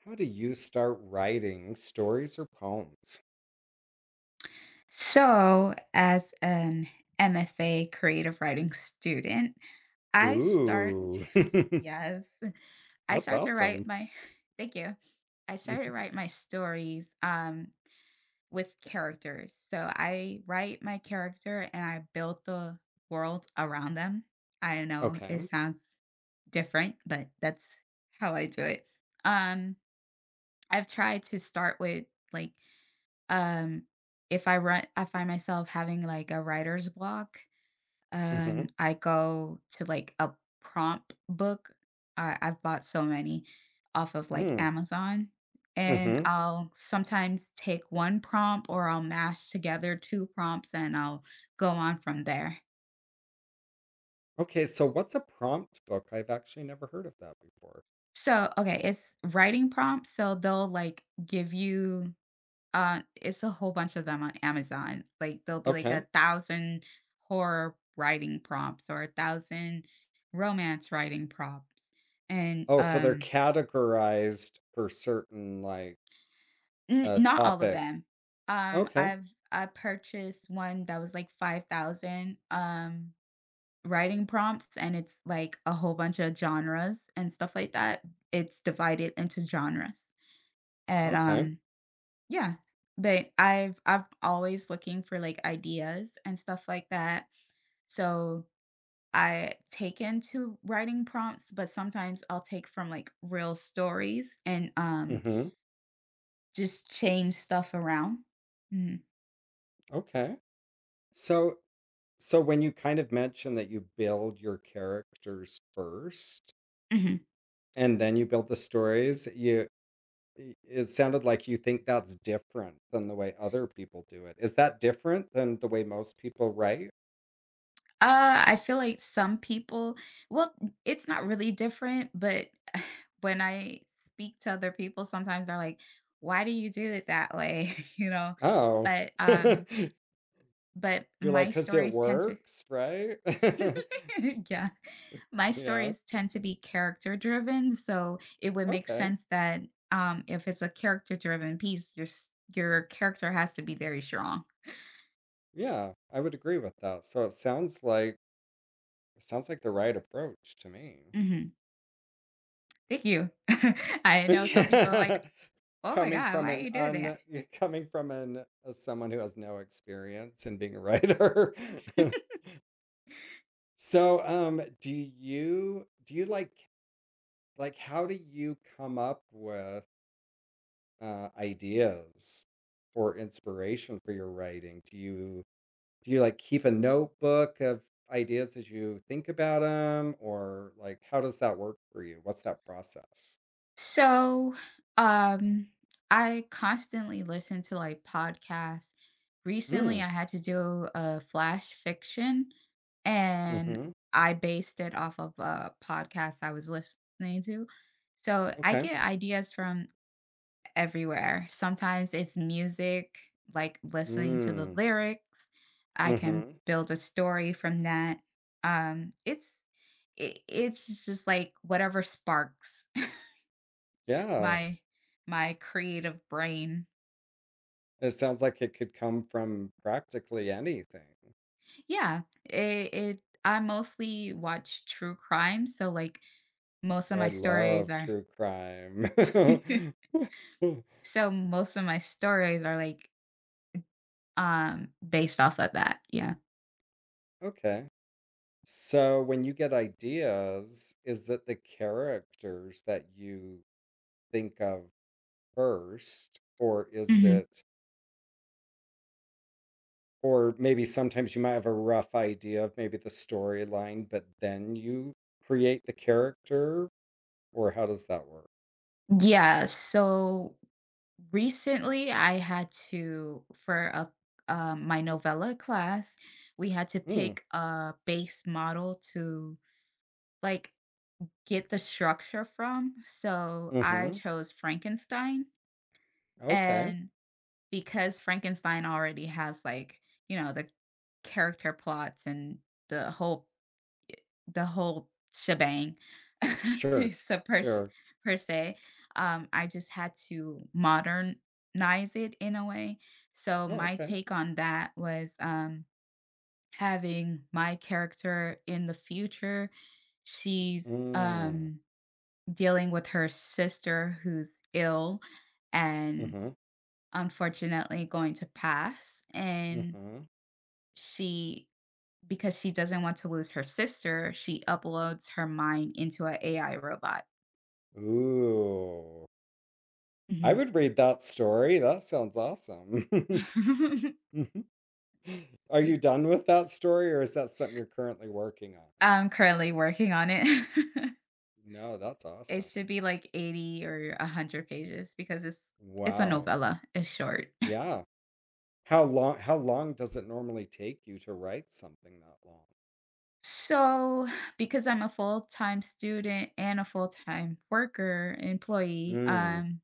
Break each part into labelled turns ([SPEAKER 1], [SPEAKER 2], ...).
[SPEAKER 1] How do you start writing stories or poems?
[SPEAKER 2] So, as an MFA creative writing student, I start,
[SPEAKER 1] Ooh,
[SPEAKER 2] yes, I
[SPEAKER 1] that's
[SPEAKER 2] start to write
[SPEAKER 1] awesome.
[SPEAKER 2] my, thank you. I started to
[SPEAKER 1] Mhm.
[SPEAKER 2] write my stories with characters. So I write my character and I build the world around them. I don't know, it
[SPEAKER 1] Okay.
[SPEAKER 2] sounds different, but that's how I do it. Um, I've tried to start with like um, if I run I find myself having, like, a writer's block,
[SPEAKER 1] hmm
[SPEAKER 2] I go to, like, a prompt book. I've bought so many off of, like,
[SPEAKER 1] Mm.
[SPEAKER 2] Amazon, and
[SPEAKER 1] hmm
[SPEAKER 2] I'll sometimes take one prompt or I'll mash together two prompts, and I'll go on from there.
[SPEAKER 1] Okay, so what's a prompt book? I've actually never heard of that before.
[SPEAKER 2] So okay, it's writing prompts, so they'll, like, give you it's a whole bunch of them on Amazon. Like, there'll be like
[SPEAKER 1] Okay.
[SPEAKER 2] a thousand horror writing prompts or a thousand romance writing prompts. And
[SPEAKER 1] Oh, so they're categorized for certain like uh
[SPEAKER 2] Not all of
[SPEAKER 1] topic.
[SPEAKER 2] them. Um,
[SPEAKER 1] Okay.
[SPEAKER 2] I've I purchased one that was like 5,000 writing prompts and it's like a whole bunch of genres and stuff like that. It's divided into genres. And
[SPEAKER 1] Okay.
[SPEAKER 2] Yeah, but I've always looking for, like, ideas and stuff like that, so I take into writing prompts, but sometimes I'll take from, like, real stories and,
[SPEAKER 1] hmm
[SPEAKER 2] just change stuff around. Mhm,
[SPEAKER 1] Okay. So when you kind of mention that you build your characters first,
[SPEAKER 2] mhm.
[SPEAKER 1] and then you build the stories. You I it sounded like you think that's different than the way other people do it. Is that different than the way most people write?
[SPEAKER 2] I feel like some people well, it's not really different, but when I speak to other people, sometimes they're like, "Why do you do it that way?" You know?
[SPEAKER 1] Oh.
[SPEAKER 2] But, um but
[SPEAKER 1] You're
[SPEAKER 2] my
[SPEAKER 1] like, "'Cause it
[SPEAKER 2] stories tend to
[SPEAKER 1] works, right?"
[SPEAKER 2] yeah. My
[SPEAKER 1] Yeah,
[SPEAKER 2] stories tend to be character driven, so it would make
[SPEAKER 1] okay.
[SPEAKER 2] sense that if it's a character driven piece, your character has to be very strong.
[SPEAKER 1] Yeah, I would agree with that. So it sounds like the right approach to me.
[SPEAKER 2] Hmm. Thank you. I know some people are like,
[SPEAKER 1] Yeah.
[SPEAKER 2] oh my
[SPEAKER 1] Coming
[SPEAKER 2] God,
[SPEAKER 1] from
[SPEAKER 2] why are
[SPEAKER 1] an
[SPEAKER 2] you doing that?
[SPEAKER 1] un yeah, coming from an someone who has no experience in being a writer. So, do you like. Like, how do you come up with, ideas or inspiration for your writing? Do you, like, keep a notebook of ideas as you think about them? Or, like, how does that work for you? What's that process?
[SPEAKER 2] So, um, I constantly listen to like podcasts. Recently,
[SPEAKER 1] Mm,
[SPEAKER 2] I had to do a flash fiction and
[SPEAKER 1] mhm,
[SPEAKER 2] I based it off of a podcast I was listening to. So, I
[SPEAKER 1] okay.
[SPEAKER 2] get ideas from everywhere. Sometimes it's music, like listening to the
[SPEAKER 1] Mm,
[SPEAKER 2] lyrics. I can
[SPEAKER 1] mhm.
[SPEAKER 2] build a story from that. Um, it's it's just like whatever sparks.
[SPEAKER 1] Yeah.
[SPEAKER 2] My my creative brain.
[SPEAKER 1] It sounds like it could come from practically anything.
[SPEAKER 2] Yeah, it I mostly watch true crime, so, like, most of my
[SPEAKER 1] I
[SPEAKER 2] stories
[SPEAKER 1] love
[SPEAKER 2] are
[SPEAKER 1] true crime.
[SPEAKER 2] so most of my stories are, like, based off of that, yeah.
[SPEAKER 1] Okay. So when you get ideas, is it the characters that you think of first, or is
[SPEAKER 2] Mhm.
[SPEAKER 1] it, or maybe sometimes you might have a rough idea of maybe the storyline, but then you create the character, or how does that work?
[SPEAKER 2] Yeah, so recently, I had to for a my novella class, we had to
[SPEAKER 1] Mm,
[SPEAKER 2] pick a base model to, like, get the structure from, so I
[SPEAKER 1] mm-hmm.
[SPEAKER 2] chose Frankenstein.
[SPEAKER 1] Okay.
[SPEAKER 2] And because Frankenstein already has like, you know, the character plots and the whole the whole shebang
[SPEAKER 1] Sure.
[SPEAKER 2] so per, s-
[SPEAKER 1] Sure.
[SPEAKER 2] per se, I just had to modernize it in a way. So
[SPEAKER 1] Oh,
[SPEAKER 2] my
[SPEAKER 1] okay.
[SPEAKER 2] take on that was having my character in the future. She's
[SPEAKER 1] Mm,
[SPEAKER 2] dealing with her sister who's ill, and
[SPEAKER 1] mm-hmm.
[SPEAKER 2] unfortunately going to pass and
[SPEAKER 1] Mm-hmm.
[SPEAKER 2] she because she doesn't want to lose her sister, she uploads her mind into an a AI robot.
[SPEAKER 1] Ooh. I
[SPEAKER 2] Mhm.
[SPEAKER 1] would read that story. That sounds awesome. Are you done with that story, or is that something you're currently working on?
[SPEAKER 2] I'm currently working on it.
[SPEAKER 1] No, that's
[SPEAKER 2] It should
[SPEAKER 1] awesome.
[SPEAKER 2] be like 80 or 100 pages because it's a
[SPEAKER 1] Wow.
[SPEAKER 2] novella, it's short.
[SPEAKER 1] Yeah. How long does it normally take you to write something that long?
[SPEAKER 2] So, because I'm a full-time student and a full-time worker, employee,
[SPEAKER 1] Mm.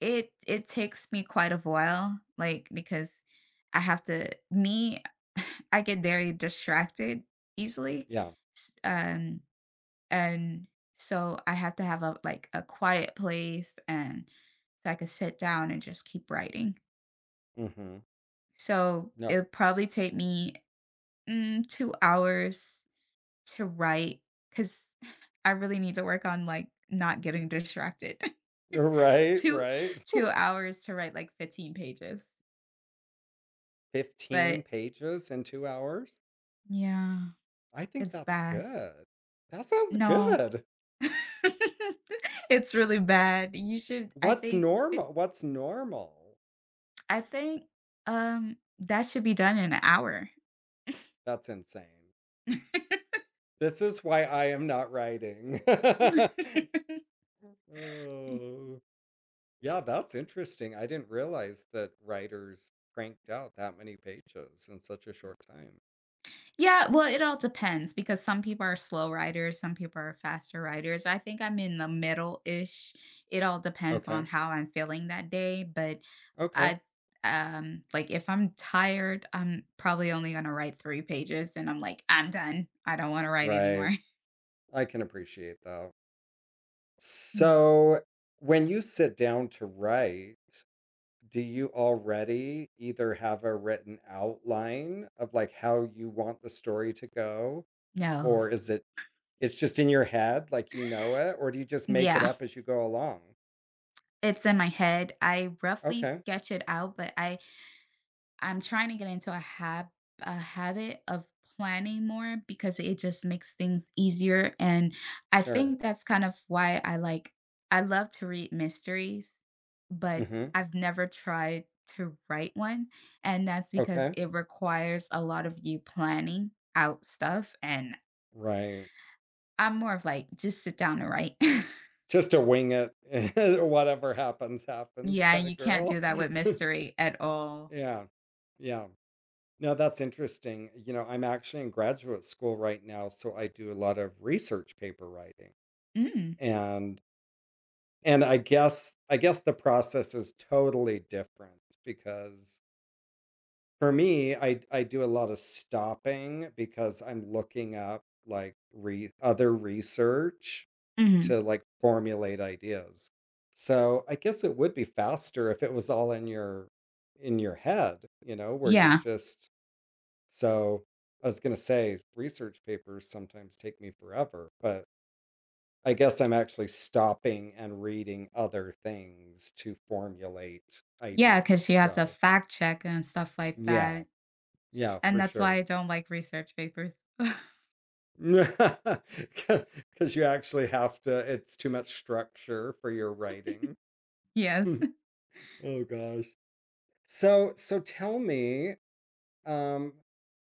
[SPEAKER 2] it takes me quite a while, like, because I have to me, I get very distracted easily,
[SPEAKER 1] Yeah.
[SPEAKER 2] s and so I have to have a a quiet place and so I could sit down and just keep writing.
[SPEAKER 1] hmm
[SPEAKER 2] So,
[SPEAKER 1] No.
[SPEAKER 2] it'll probably take me, mm, 2 hours to write because I really need to work on, like, not getting distracted.
[SPEAKER 1] Right,
[SPEAKER 2] 2
[SPEAKER 1] right.
[SPEAKER 2] 2 hours to write, like, 15 pages.
[SPEAKER 1] 15
[SPEAKER 2] But
[SPEAKER 1] pages in 2 hours?
[SPEAKER 2] yeah,
[SPEAKER 1] I think
[SPEAKER 2] it's
[SPEAKER 1] that's
[SPEAKER 2] bad.
[SPEAKER 1] good. That sounds
[SPEAKER 2] No.
[SPEAKER 1] good.
[SPEAKER 2] It's really bad. You should I
[SPEAKER 1] What's
[SPEAKER 2] think it
[SPEAKER 1] normal? What's normal?
[SPEAKER 2] I think, that should be done in an hour.
[SPEAKER 1] That's insane. This is why I am not writing. Oh, yeah, that's interesting. I didn't realize that writers cranked out that many pages in such a short time.
[SPEAKER 2] Yeah, well, it all depends because some people are slow riders, some people are faster riders. I think I'm in the middle-ish. It all depends on
[SPEAKER 1] Okay.
[SPEAKER 2] how I'm feeling that day, but
[SPEAKER 1] Okay.
[SPEAKER 2] I like if I'm tired, I'm probably only going to write 3 pages and I'm like, I'm done. I don't want to write
[SPEAKER 1] Right.
[SPEAKER 2] anymore.
[SPEAKER 1] I can appreciate that.
[SPEAKER 2] Mm,
[SPEAKER 1] So, when you sit down to write, do you already either have a written outline of like how you want the story to go,
[SPEAKER 2] no.
[SPEAKER 1] or is it it's just in your head, like you know it, or do you just make it
[SPEAKER 2] Yeah,
[SPEAKER 1] up as you go along?
[SPEAKER 2] it's in my head. I roughly
[SPEAKER 1] Okay,
[SPEAKER 2] sketch it out, but I'm trying to get into a habit of planning more because it just makes things easier, and I
[SPEAKER 1] sure.
[SPEAKER 2] think that's kind of why I love to read mysteries, but
[SPEAKER 1] Mm-hmm.
[SPEAKER 2] I've never tried to write one, and that's because
[SPEAKER 1] Okay.
[SPEAKER 2] it requires a lot of you planning out stuff, and
[SPEAKER 1] Right.
[SPEAKER 2] I'm more of like, "Just sit down and write."
[SPEAKER 1] Just to wing it. Whatever happens, happens
[SPEAKER 2] Yeah,
[SPEAKER 1] kind
[SPEAKER 2] you
[SPEAKER 1] of
[SPEAKER 2] can't do
[SPEAKER 1] girl.
[SPEAKER 2] that with mystery at all.
[SPEAKER 1] Yeah. Yeah. No, that's interesting. You know, I'm actually in graduate school right now, so I do a lot of research paper writing.
[SPEAKER 2] Mm,
[SPEAKER 1] And I guess the process is totally different because for me, I do a lot of stopping because I'm looking up like re other research
[SPEAKER 2] mhm,
[SPEAKER 1] to like formulate ideas. So I guess it would be faster if it was all in your head, you know, where you're
[SPEAKER 2] yeah.
[SPEAKER 1] just. So I was going to say research papers sometimes take me forever, but I guess I'm actually stopping and reading other things to formulate
[SPEAKER 2] Yeah,
[SPEAKER 1] ideas.
[SPEAKER 2] because you have to
[SPEAKER 1] So,
[SPEAKER 2] fact check and stuff like
[SPEAKER 1] yeah.
[SPEAKER 2] that,
[SPEAKER 1] Yeah,
[SPEAKER 2] and
[SPEAKER 1] for
[SPEAKER 2] that's why
[SPEAKER 1] sure.
[SPEAKER 2] I don't like research papers.
[SPEAKER 1] 'Cause you actually have to, it's too much structure for your writing.
[SPEAKER 2] Yes.
[SPEAKER 1] Oh gosh. So tell me, um,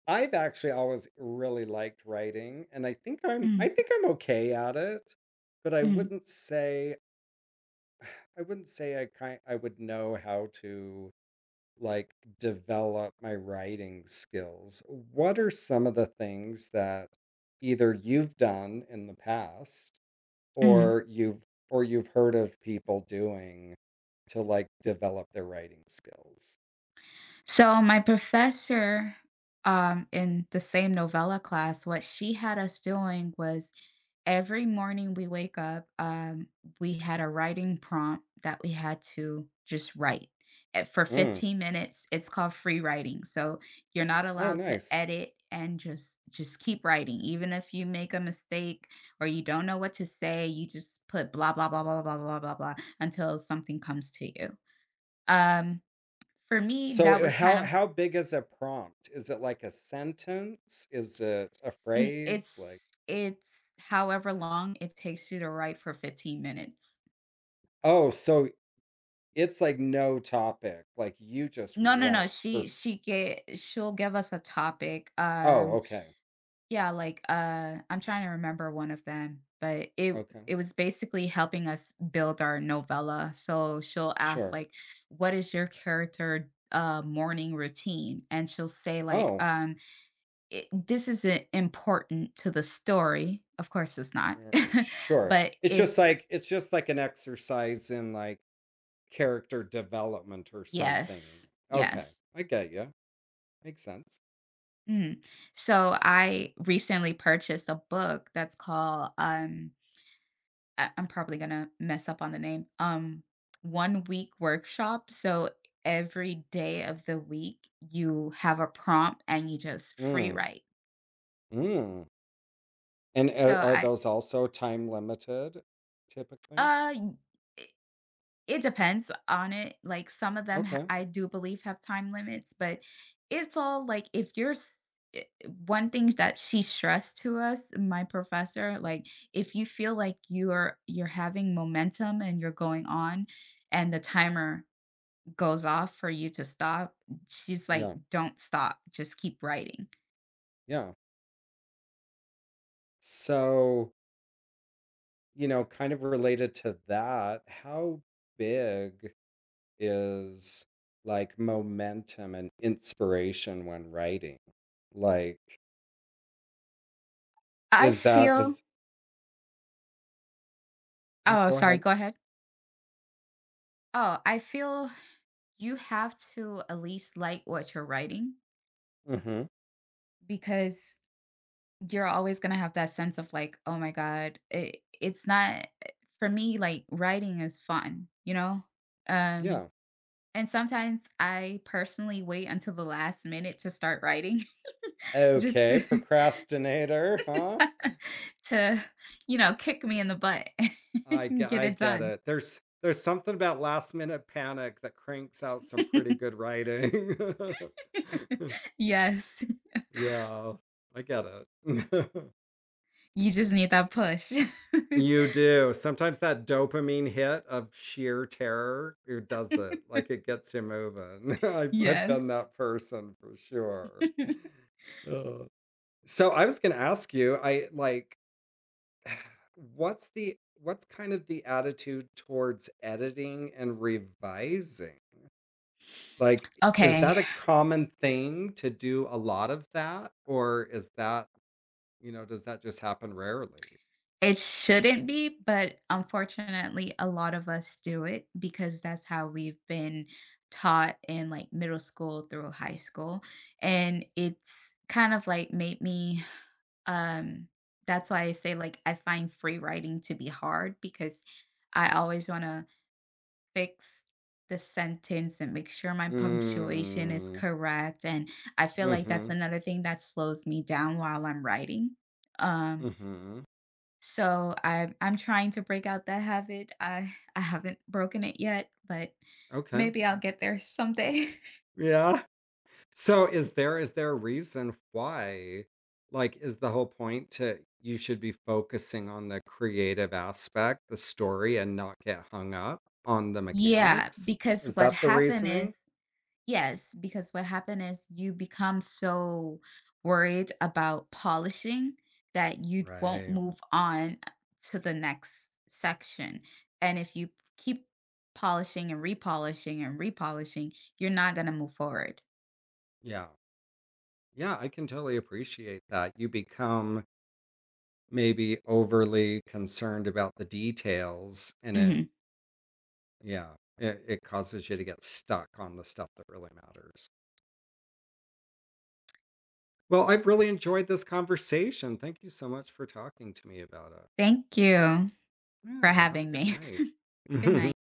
[SPEAKER 1] I've actually always really liked writing, and I think I'm
[SPEAKER 2] Mm,
[SPEAKER 1] I think I'm okay at it, but I
[SPEAKER 2] mm,
[SPEAKER 1] wouldn't say I wouldn't say I kind I would know how to, like, develop my writing skills. What are some of the things that either you've done in the past,
[SPEAKER 2] mm.
[SPEAKER 1] or you've or you've heard of people doing to, like, develop their writing skills.
[SPEAKER 2] So my professor in the same novella class, what she had us doing was every morning we wake up, we had a writing prompt that we had to just write. For
[SPEAKER 1] Mm.
[SPEAKER 2] 15 minutes, it's called free writing. So you're not
[SPEAKER 1] Oh,
[SPEAKER 2] allowed to
[SPEAKER 1] nice.
[SPEAKER 2] edit and just keep writing. Even if you make a mistake or you don't know what to say, you just put blah blah blah blah blah blah blah blah until something comes to you. Um for me,
[SPEAKER 1] So,
[SPEAKER 2] that was kind
[SPEAKER 1] how
[SPEAKER 2] of
[SPEAKER 1] how big is a prompt? Is it like a sentence? Is it a
[SPEAKER 2] Mm,
[SPEAKER 1] phrase? Like
[SPEAKER 2] it's however long it takes you to write for 15 minutes.
[SPEAKER 1] oh, so it's like no topic, like, you just
[SPEAKER 2] No, no, no,
[SPEAKER 1] write for
[SPEAKER 2] she'll give us a topic,
[SPEAKER 1] oh, okay,
[SPEAKER 2] yeah, like, I'm trying to remember one of them, but
[SPEAKER 1] okay.
[SPEAKER 2] it was basically helping us build our novella, so she'll ask,
[SPEAKER 1] Sure.
[SPEAKER 2] like, "What is your character, morning routine?" And she'll say, like,
[SPEAKER 1] Oh,
[SPEAKER 2] "It this isn't important to the story." Of course it's not,
[SPEAKER 1] sure, sure.
[SPEAKER 2] but
[SPEAKER 1] It's just
[SPEAKER 2] it's
[SPEAKER 1] like an exercise in, like, character development or something.
[SPEAKER 2] yes,
[SPEAKER 1] Okay,
[SPEAKER 2] yes.
[SPEAKER 1] I get you. Makes sense.
[SPEAKER 2] Mhm. So
[SPEAKER 1] S
[SPEAKER 2] I recently purchased a book that's called I'm probably gonna mess up on the name. One Week Workshop. So every day of the week you have a prompt and you just free
[SPEAKER 1] Mm,
[SPEAKER 2] write.
[SPEAKER 1] mm. And
[SPEAKER 2] So
[SPEAKER 1] a are
[SPEAKER 2] I
[SPEAKER 1] those also time limited typically?
[SPEAKER 2] uh It depends on it. Like some of them,
[SPEAKER 1] Okay.
[SPEAKER 2] I do believe have time limits, but it's all like if you're s- I- one thing that she stressed to us, my professor, like if you feel like you're having momentum and you're going on, and the timer goes off for you to stop, she's like,
[SPEAKER 1] Yeah,
[SPEAKER 2] "Don't stop. Just keep writing."
[SPEAKER 1] yeah. So, you know, kind of related to that, how big is, like, momentum and inspiration when writing? Like,
[SPEAKER 2] I
[SPEAKER 1] is that
[SPEAKER 2] feel.
[SPEAKER 1] does oh,
[SPEAKER 2] Oh,
[SPEAKER 1] go
[SPEAKER 2] sorry.
[SPEAKER 1] ahead.
[SPEAKER 2] Go ahead. Oh, I feel you have to at least like what you're writing
[SPEAKER 1] Mhm.
[SPEAKER 2] because you're always gonna have that sense of like, "Oh my god." It's not for me, like, writing is fun, you know? Um,
[SPEAKER 1] Yeah.
[SPEAKER 2] and sometimes I personally wait until the last minute to start writing just
[SPEAKER 1] Okay,
[SPEAKER 2] to
[SPEAKER 1] procrastinator, huh?
[SPEAKER 2] to, you know, kick me in the butt
[SPEAKER 1] I
[SPEAKER 2] and
[SPEAKER 1] get,
[SPEAKER 2] get
[SPEAKER 1] I
[SPEAKER 2] it
[SPEAKER 1] get
[SPEAKER 2] done.
[SPEAKER 1] it. There's something about last minute panic that cranks out some pretty good writing.
[SPEAKER 2] Yes.
[SPEAKER 1] Yeah, I get it.
[SPEAKER 2] You just need that push.
[SPEAKER 1] You do. Sometimes that dopamine hit of sheer terror, it does it, like, it gets you moving. I've
[SPEAKER 2] Yes.
[SPEAKER 1] been that person for sure. Ugh. So I was gonna ask you, I like, what's kind of the attitude towards editing and revising? Like, is
[SPEAKER 2] Okay.
[SPEAKER 1] that a common thing to do a lot of that? Or is that, you know, does that just happen rarely?
[SPEAKER 2] It shouldn't be, but unfortunately, a lot of us do it because that's how we've been taught in, like, middle school through high school, and it's kind of, like, made me, um that's why I say, like, I find free writing to be hard because I always wanna fix the sentence and make sure my punctuation is
[SPEAKER 1] Mm.
[SPEAKER 2] correct, and I feel like that's
[SPEAKER 1] Mhm.
[SPEAKER 2] another thing that slows me down while I'm writing, um
[SPEAKER 1] mm Mhm.
[SPEAKER 2] I'm trying to break out that habit. I I haven't broken it yet, but
[SPEAKER 1] Okay.
[SPEAKER 2] maybe I'll get there someday.
[SPEAKER 1] Yeah. So is there a reason why, like, is the whole point to you should be focusing on the creative aspect, the story, and not get hung up on the
[SPEAKER 2] Yeah,
[SPEAKER 1] mechanics?
[SPEAKER 2] because
[SPEAKER 1] Is
[SPEAKER 2] what
[SPEAKER 1] that the
[SPEAKER 2] happened is,
[SPEAKER 1] reasoning?
[SPEAKER 2] yes, because what happened is you become so worried about polishing that you won't
[SPEAKER 1] Right.
[SPEAKER 2] move on to the next section. And if you keep polishing and repolishing, you're not going to move forward.
[SPEAKER 1] Yeah. Yeah, I can totally appreciate that. You become maybe overly concerned about the details and it,
[SPEAKER 2] Mhm.
[SPEAKER 1] yeah, it causes you to get stuck on the stuff that really matters. Well, I've really enjoyed this conversation. Thank you so much for talking to me about it.
[SPEAKER 2] Thank you for
[SPEAKER 1] Yeah, have a
[SPEAKER 2] having
[SPEAKER 1] good
[SPEAKER 2] me.
[SPEAKER 1] night.
[SPEAKER 2] Good night.